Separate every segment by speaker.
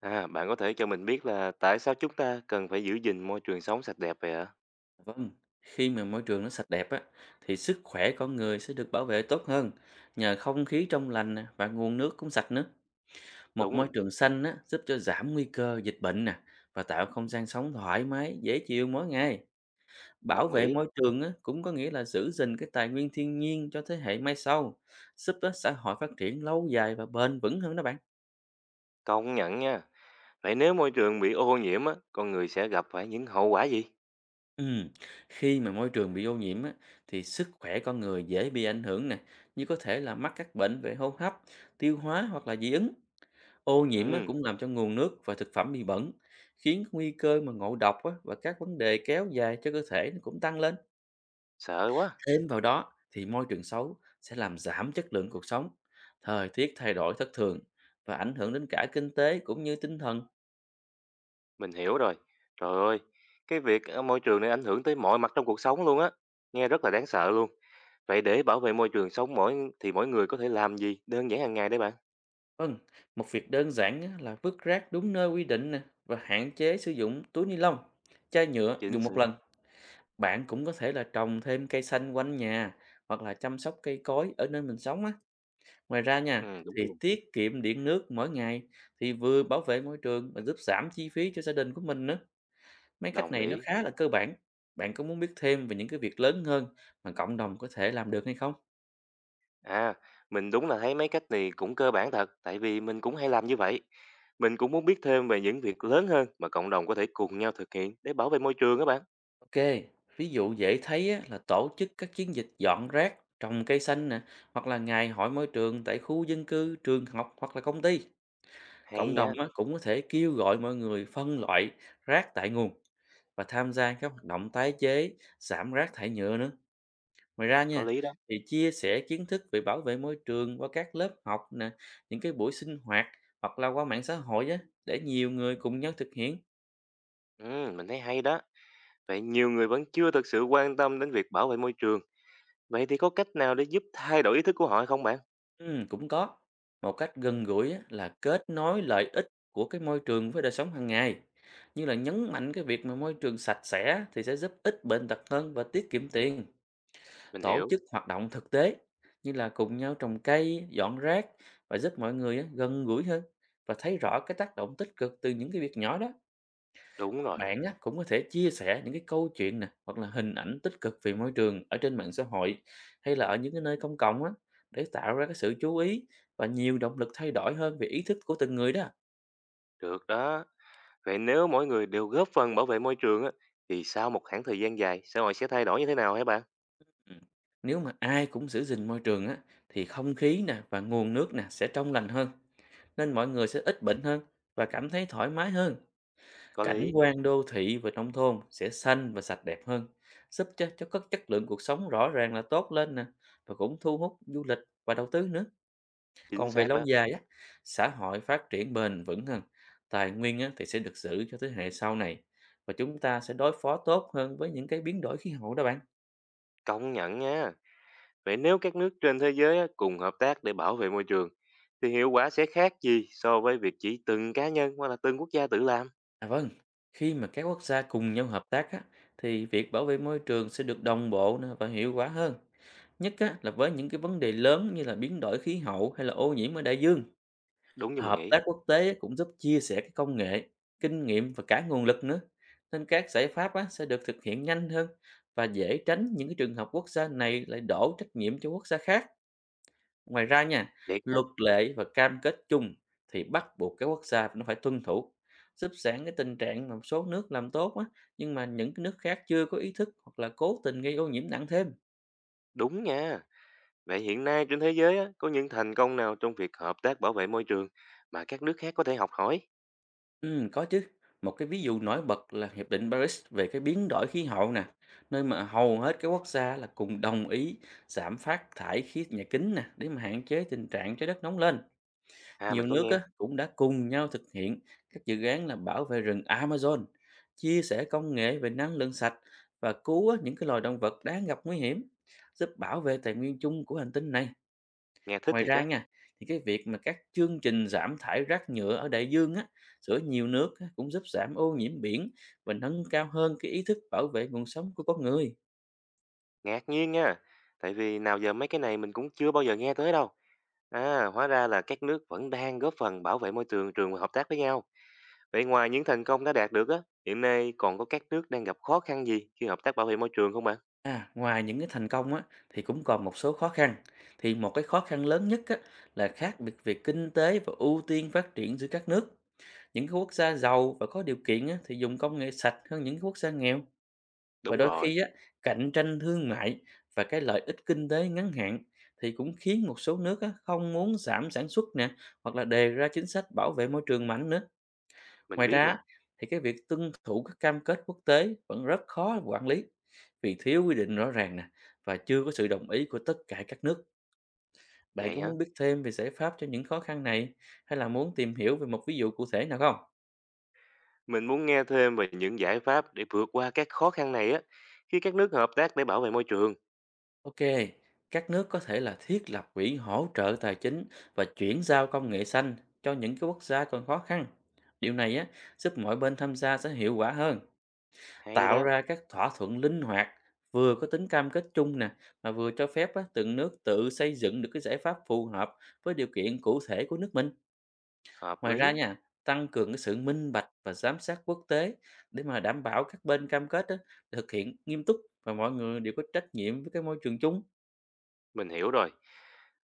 Speaker 1: À, bạn có thể cho mình biết là tại sao chúng ta cần phải giữ gìn môi trường sống sạch đẹp vậy ạ?
Speaker 2: Vâng, khi mà môi trường nó sạch đẹp á, thì sức khỏe con người sẽ được bảo vệ tốt hơn nhờ không khí trong lành nè, và nguồn nước cũng sạch nữa. Một
Speaker 1: Đúng
Speaker 2: môi
Speaker 1: rồi,
Speaker 2: trường xanh á, giúp cho giảm nguy cơ dịch bệnh nè và tạo không gian sống thoải mái, dễ chịu mỗi ngày. Bảo
Speaker 1: đồng
Speaker 2: vệ
Speaker 1: ý,
Speaker 2: môi trường á, cũng có nghĩa là giữ gìn cái tài nguyên thiên nhiên cho thế hệ mai sau, giúp á, xã hội phát triển lâu dài và bền vững hơn đó bạn.
Speaker 1: công nhận nha. Vậy nếu môi trường bị ô nhiễm á, con người sẽ gặp phải những hậu quả gì?
Speaker 2: Ừm, Khi mà môi trường bị ô nhiễm á, thì sức khỏe con người dễ bị ảnh hưởng nè, như có thể là mắc các bệnh về hô hấp, tiêu hóa hoặc là dị ứng. Ô nhiễm á,
Speaker 1: Ừ,
Speaker 2: cũng làm cho nguồn nước và thực phẩm bị bẩn, khiến nguy cơ mà ngộ độc á, và các vấn đề kéo dài cho cơ thể nó cũng tăng lên.
Speaker 1: sợ quá,
Speaker 2: Thêm vào đó thì môi trường xấu sẽ làm giảm chất lượng cuộc sống, thời tiết thay đổi thất thường và ảnh hưởng đến cả kinh tế cũng như tinh thần.
Speaker 1: mình hiểu rồi. Trời ơi, cái việc môi trường này ảnh hưởng tới mọi mặt trong cuộc sống luôn á. Nghe rất là đáng sợ luôn. Vậy để bảo vệ môi trường sống mỗi người có thể làm gì đơn giản hàng ngày đấy bạn?
Speaker 2: Vâng, một việc đơn giản á là vứt rác đúng nơi quy định nè và hạn chế sử dụng túi ni lông, chai nhựa
Speaker 1: Chính
Speaker 2: dùng
Speaker 1: xác.
Speaker 2: một lần. Bạn cũng có thể là trồng thêm cây xanh quanh nhà hoặc là chăm sóc cây cối ở nơi mình sống á. Ngoài ra nha,
Speaker 1: Ừ, đúng
Speaker 2: thì
Speaker 1: luôn.
Speaker 2: tiết kiệm điện nước mỗi ngày thì vừa bảo vệ môi trường và giúp giảm chi phí cho gia đình của mình nữa. Mấy cách
Speaker 1: Đồng
Speaker 2: này nó
Speaker 1: ý.
Speaker 2: khá là cơ bản. Bạn có muốn biết thêm về những cái việc lớn hơn mà cộng đồng có thể làm được hay không?
Speaker 1: À, mình đúng là thấy mấy cách này cũng cơ bản thật, tại vì mình cũng hay làm như vậy. Mình cũng muốn biết thêm về những việc lớn hơn mà cộng đồng có thể cùng nhau thực hiện để bảo vệ môi trường các bạn.
Speaker 2: Ok, ví dụ dễ thấy á, là tổ chức các chiến dịch dọn rác, trồng cây xanh nè, hoặc là ngày hội môi trường tại khu dân cư, trường học hoặc là công ty.
Speaker 1: Hay
Speaker 2: Cộng
Speaker 1: nha,
Speaker 2: đồng á, cũng có thể kêu gọi mọi người phân loại rác tại nguồn và tham gia các hoạt động tái chế, giảm rác thải nhựa nữa. Ngoài ra
Speaker 1: có
Speaker 2: nha,
Speaker 1: lý đó.
Speaker 2: thì chia sẻ kiến thức về bảo vệ môi trường qua các lớp học nè, những cái buổi sinh hoạt hoặc là qua mạng xã hội á, để nhiều người cùng nhau thực hiện.
Speaker 1: Ừ, mình thấy hay đó. Vậy nhiều người vẫn chưa thực sự quan tâm đến việc bảo vệ môi trường. Vậy thì có cách nào để giúp thay đổi ý thức của họ không bạn?
Speaker 2: Cũng có. Một cách gần gũi á, là kết nối lợi ích của cái môi trường với đời sống hàng ngày. Như là nhấn mạnh cái việc mà môi trường sạch sẽ thì sẽ giúp ít bệnh tật hơn và tiết kiệm tiền.
Speaker 1: Mình
Speaker 2: Tổ
Speaker 1: hiểu.
Speaker 2: chức hoạt động thực tế như là cùng nhau trồng cây, dọn rác và giúp mọi người á, gần gũi hơn và thấy rõ cái tác động tích cực từ những cái việc nhỏ đó.
Speaker 1: Đúng rồi,
Speaker 2: Bạn á, cũng có thể chia sẻ những cái câu chuyện nè hoặc là hình ảnh tích cực về môi trường ở trên mạng xã hội hay là ở những cái nơi công cộng á, để tạo ra cái sự chú ý và nhiều động lực thay đổi hơn về ý thức của từng người đó.
Speaker 1: được đó. Vậy nếu mỗi người đều góp phần bảo vệ môi trường á, thì sau một khoảng thời gian dài, xã hội sẽ thay đổi như thế nào hả bạn?
Speaker 2: Ừ. Nếu mà ai cũng giữ gìn môi trường á, thì không khí nè và nguồn nước nè sẽ trong lành hơn, nên mọi người sẽ ít bệnh hơn và cảm thấy thoải mái hơn.
Speaker 1: Có
Speaker 2: Cảnh
Speaker 1: lý,
Speaker 2: quan đô thị và nông thôn sẽ xanh và sạch đẹp hơn, giúp cho các chất lượng cuộc sống rõ ràng là tốt lên nè và cũng thu hút du lịch và đầu tư nữa.
Speaker 1: chính
Speaker 2: Còn về
Speaker 1: xác
Speaker 2: lâu
Speaker 1: đó.
Speaker 2: dài á, xã hội phát triển bền vững hơn, tài nguyên á, thì sẽ được giữ cho thế hệ sau này và chúng ta sẽ đối phó tốt hơn với những cái biến đổi khí hậu đó bạn.
Speaker 1: Công nhận nha. Vậy nếu các nước trên thế giới á, cùng hợp tác để bảo vệ môi trường, thì hiệu quả sẽ khác gì so với việc chỉ từng cá nhân hoặc là từng quốc gia tự làm?
Speaker 2: À vâng, khi mà các quốc gia cùng nhau hợp tác á, thì việc bảo vệ môi trường sẽ được đồng bộ nè và hiệu quả hơn. Nhất á, là với những cái vấn đề lớn như là biến đổi khí hậu hay là ô nhiễm ở đại dương.
Speaker 1: Đúng như mình
Speaker 2: Hợp
Speaker 1: nghĩ.
Speaker 2: tác quốc tế cũng giúp chia sẻ cái công nghệ, kinh nghiệm và cả nguồn lực nữa. Nên các giải pháp á, sẽ được thực hiện nhanh hơn và dễ tránh những cái trường hợp quốc gia này lại đổ trách nhiệm cho quốc gia khác. Ngoài ra nha,
Speaker 1: Vậy ha.
Speaker 2: luật lệ và cam kết chung thì bắt buộc các quốc gia nó phải tuân thủ. Giúp giảm cái tình trạng mà một số nước làm tốt á, nhưng mà những cái nước khác chưa có ý thức hoặc là cố tình gây ô nhiễm nặng thêm.
Speaker 1: Đúng nha. Vậy hiện nay trên thế giới á, có những thành công nào trong việc hợp tác bảo vệ môi trường mà các nước khác có thể học hỏi?
Speaker 2: Có chứ. Một cái ví dụ nổi bật là Hiệp định Paris về cái biến đổi khí hậu nè, nơi mà hầu hết các quốc gia là cùng đồng ý giảm phát thải khí nhà kính nè để mà hạn chế tình trạng trái đất nóng lên.
Speaker 1: À
Speaker 2: Nhiều
Speaker 1: mình có
Speaker 2: nước
Speaker 1: nghe,
Speaker 2: á, cũng đã cùng nhau thực hiện các dự án là bảo vệ rừng Amazon, chia sẻ công nghệ về năng lượng sạch và cứu á, những cái loài động vật đáng gặp nguy hiểm, giúp bảo vệ tài nguyên chung của hành tinh này.
Speaker 1: nghe thích
Speaker 2: Ngoài
Speaker 1: thiệt
Speaker 2: ra
Speaker 1: á,
Speaker 2: nha, thì cái việc mà các chương trình giảm thải rác nhựa ở đại dương á, giữa nhiều nước á, cũng giúp giảm ô nhiễm biển và nâng cao hơn cái ý thức bảo vệ nguồn sống của con người.
Speaker 1: ngạc nhiên nha. Tại vì nào giờ mấy cái này mình cũng chưa bao giờ nghe tới đâu. À, hóa ra là các nước vẫn đang góp phần bảo vệ môi trường trường hợp tác với nhau. Vậy ngoài những thành công đã đạt được á, hiện nay còn có các nước đang gặp khó khăn gì khi hợp tác bảo vệ môi trường không bạn?
Speaker 2: À, ngoài những cái thành công á, thì cũng còn một số khó khăn. Thì một cái khó khăn lớn nhất á, là khác biệt về kinh tế và ưu tiên phát triển giữa các nước. Những cái quốc gia giàu và có điều kiện á, thì dùng công nghệ sạch hơn những quốc gia nghèo. Và
Speaker 1: Đúng
Speaker 2: đôi
Speaker 1: rồi,
Speaker 2: khi á, cạnh tranh thương mại và cái lợi ích kinh tế ngắn hạn thì cũng khiến một số nước á, không muốn giảm sản xuất nè hoặc là đề ra chính sách bảo vệ môi trường mạnh nữa.
Speaker 1: mình
Speaker 2: Ngoài
Speaker 1: biết
Speaker 2: ra
Speaker 1: nè.
Speaker 2: á, thì cái việc tuân thủ các cam kết quốc tế vẫn rất khó quản lý vì thiếu quy định rõ ràng nè và chưa có sự đồng ý của tất cả các nước. Bạn
Speaker 1: Vậy
Speaker 2: có
Speaker 1: hả?
Speaker 2: muốn biết thêm về giải pháp cho những khó khăn này hay là muốn tìm hiểu về một ví dụ cụ thể nào không?
Speaker 1: Mình muốn nghe thêm về những giải pháp để vượt qua các khó khăn này á, khi các nước hợp tác để bảo vệ môi trường.
Speaker 2: Ok, các nước có thể là thiết lập quỹ hỗ trợ tài chính và chuyển giao công nghệ xanh cho những cái quốc gia còn khó khăn. Điều này á, giúp mọi bên tham gia sẽ hiệu quả hơn,
Speaker 1: Hay
Speaker 2: tạo
Speaker 1: đó,
Speaker 2: ra các thỏa thuận linh hoạt, vừa có tính cam kết chung nè, mà vừa cho phép á, từng nước tự xây dựng được cái giải pháp phù hợp với điều kiện cụ thể của nước mình.
Speaker 1: hợp
Speaker 2: Ngoài ra
Speaker 1: lý,
Speaker 2: nha, tăng cường cái sự minh bạch và giám sát quốc tế để mà đảm bảo các bên cam kết á, thực hiện nghiêm túc và mọi người đều có trách nhiệm với cái môi trường chung.
Speaker 1: mình hiểu rồi.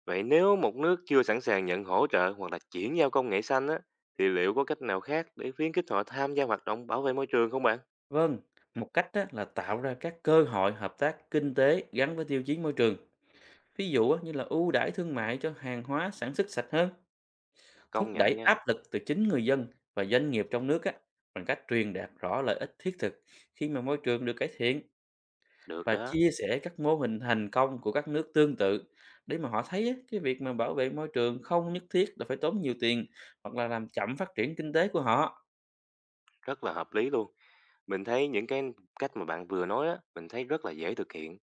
Speaker 1: Vậy nếu một nước chưa sẵn sàng nhận hỗ trợ hoặc là chuyển giao công nghệ xanh á, thì liệu có cách nào khác để khuyến khích họ tham gia hoạt động bảo vệ môi trường không bạn?
Speaker 2: Vâng, một cách á, là tạo ra các cơ hội hợp tác kinh tế gắn với tiêu chí môi trường. Ví dụ á, như là ưu đãi thương mại cho hàng hóa sản xuất sạch hơn,
Speaker 1: Công
Speaker 2: thúc đẩy
Speaker 1: nhận
Speaker 2: áp
Speaker 1: nha,
Speaker 2: lực từ chính người dân và doanh nghiệp trong nước á, bằng cách truyền đạt rõ lợi ích thiết thực khi mà môi trường được cải thiện
Speaker 1: được
Speaker 2: và
Speaker 1: đó,
Speaker 2: chia sẻ các mô hình thành công của các nước tương tự để mà họ thấy á, cái việc mà bảo vệ môi trường không nhất thiết là phải tốn nhiều tiền hoặc là làm chậm phát triển kinh tế của họ.
Speaker 1: rất là hợp lý luôn. Mình thấy những cái cách mà bạn vừa nói á, mình thấy rất là dễ thực hiện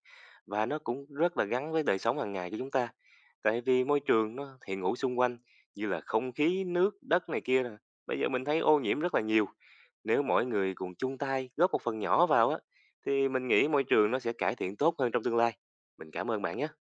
Speaker 1: và nó cũng rất là gắn với đời sống hàng ngày của chúng ta. Tại vì môi trường nó hiện hữu xung quanh như là không khí, nước, đất này kia nè. Bây giờ mình thấy ô nhiễm rất là nhiều. Nếu mỗi người cùng chung tay góp một phần nhỏ vào á, thì mình nghĩ môi trường nó sẽ cải thiện tốt hơn trong tương lai. Mình cảm ơn bạn nhé.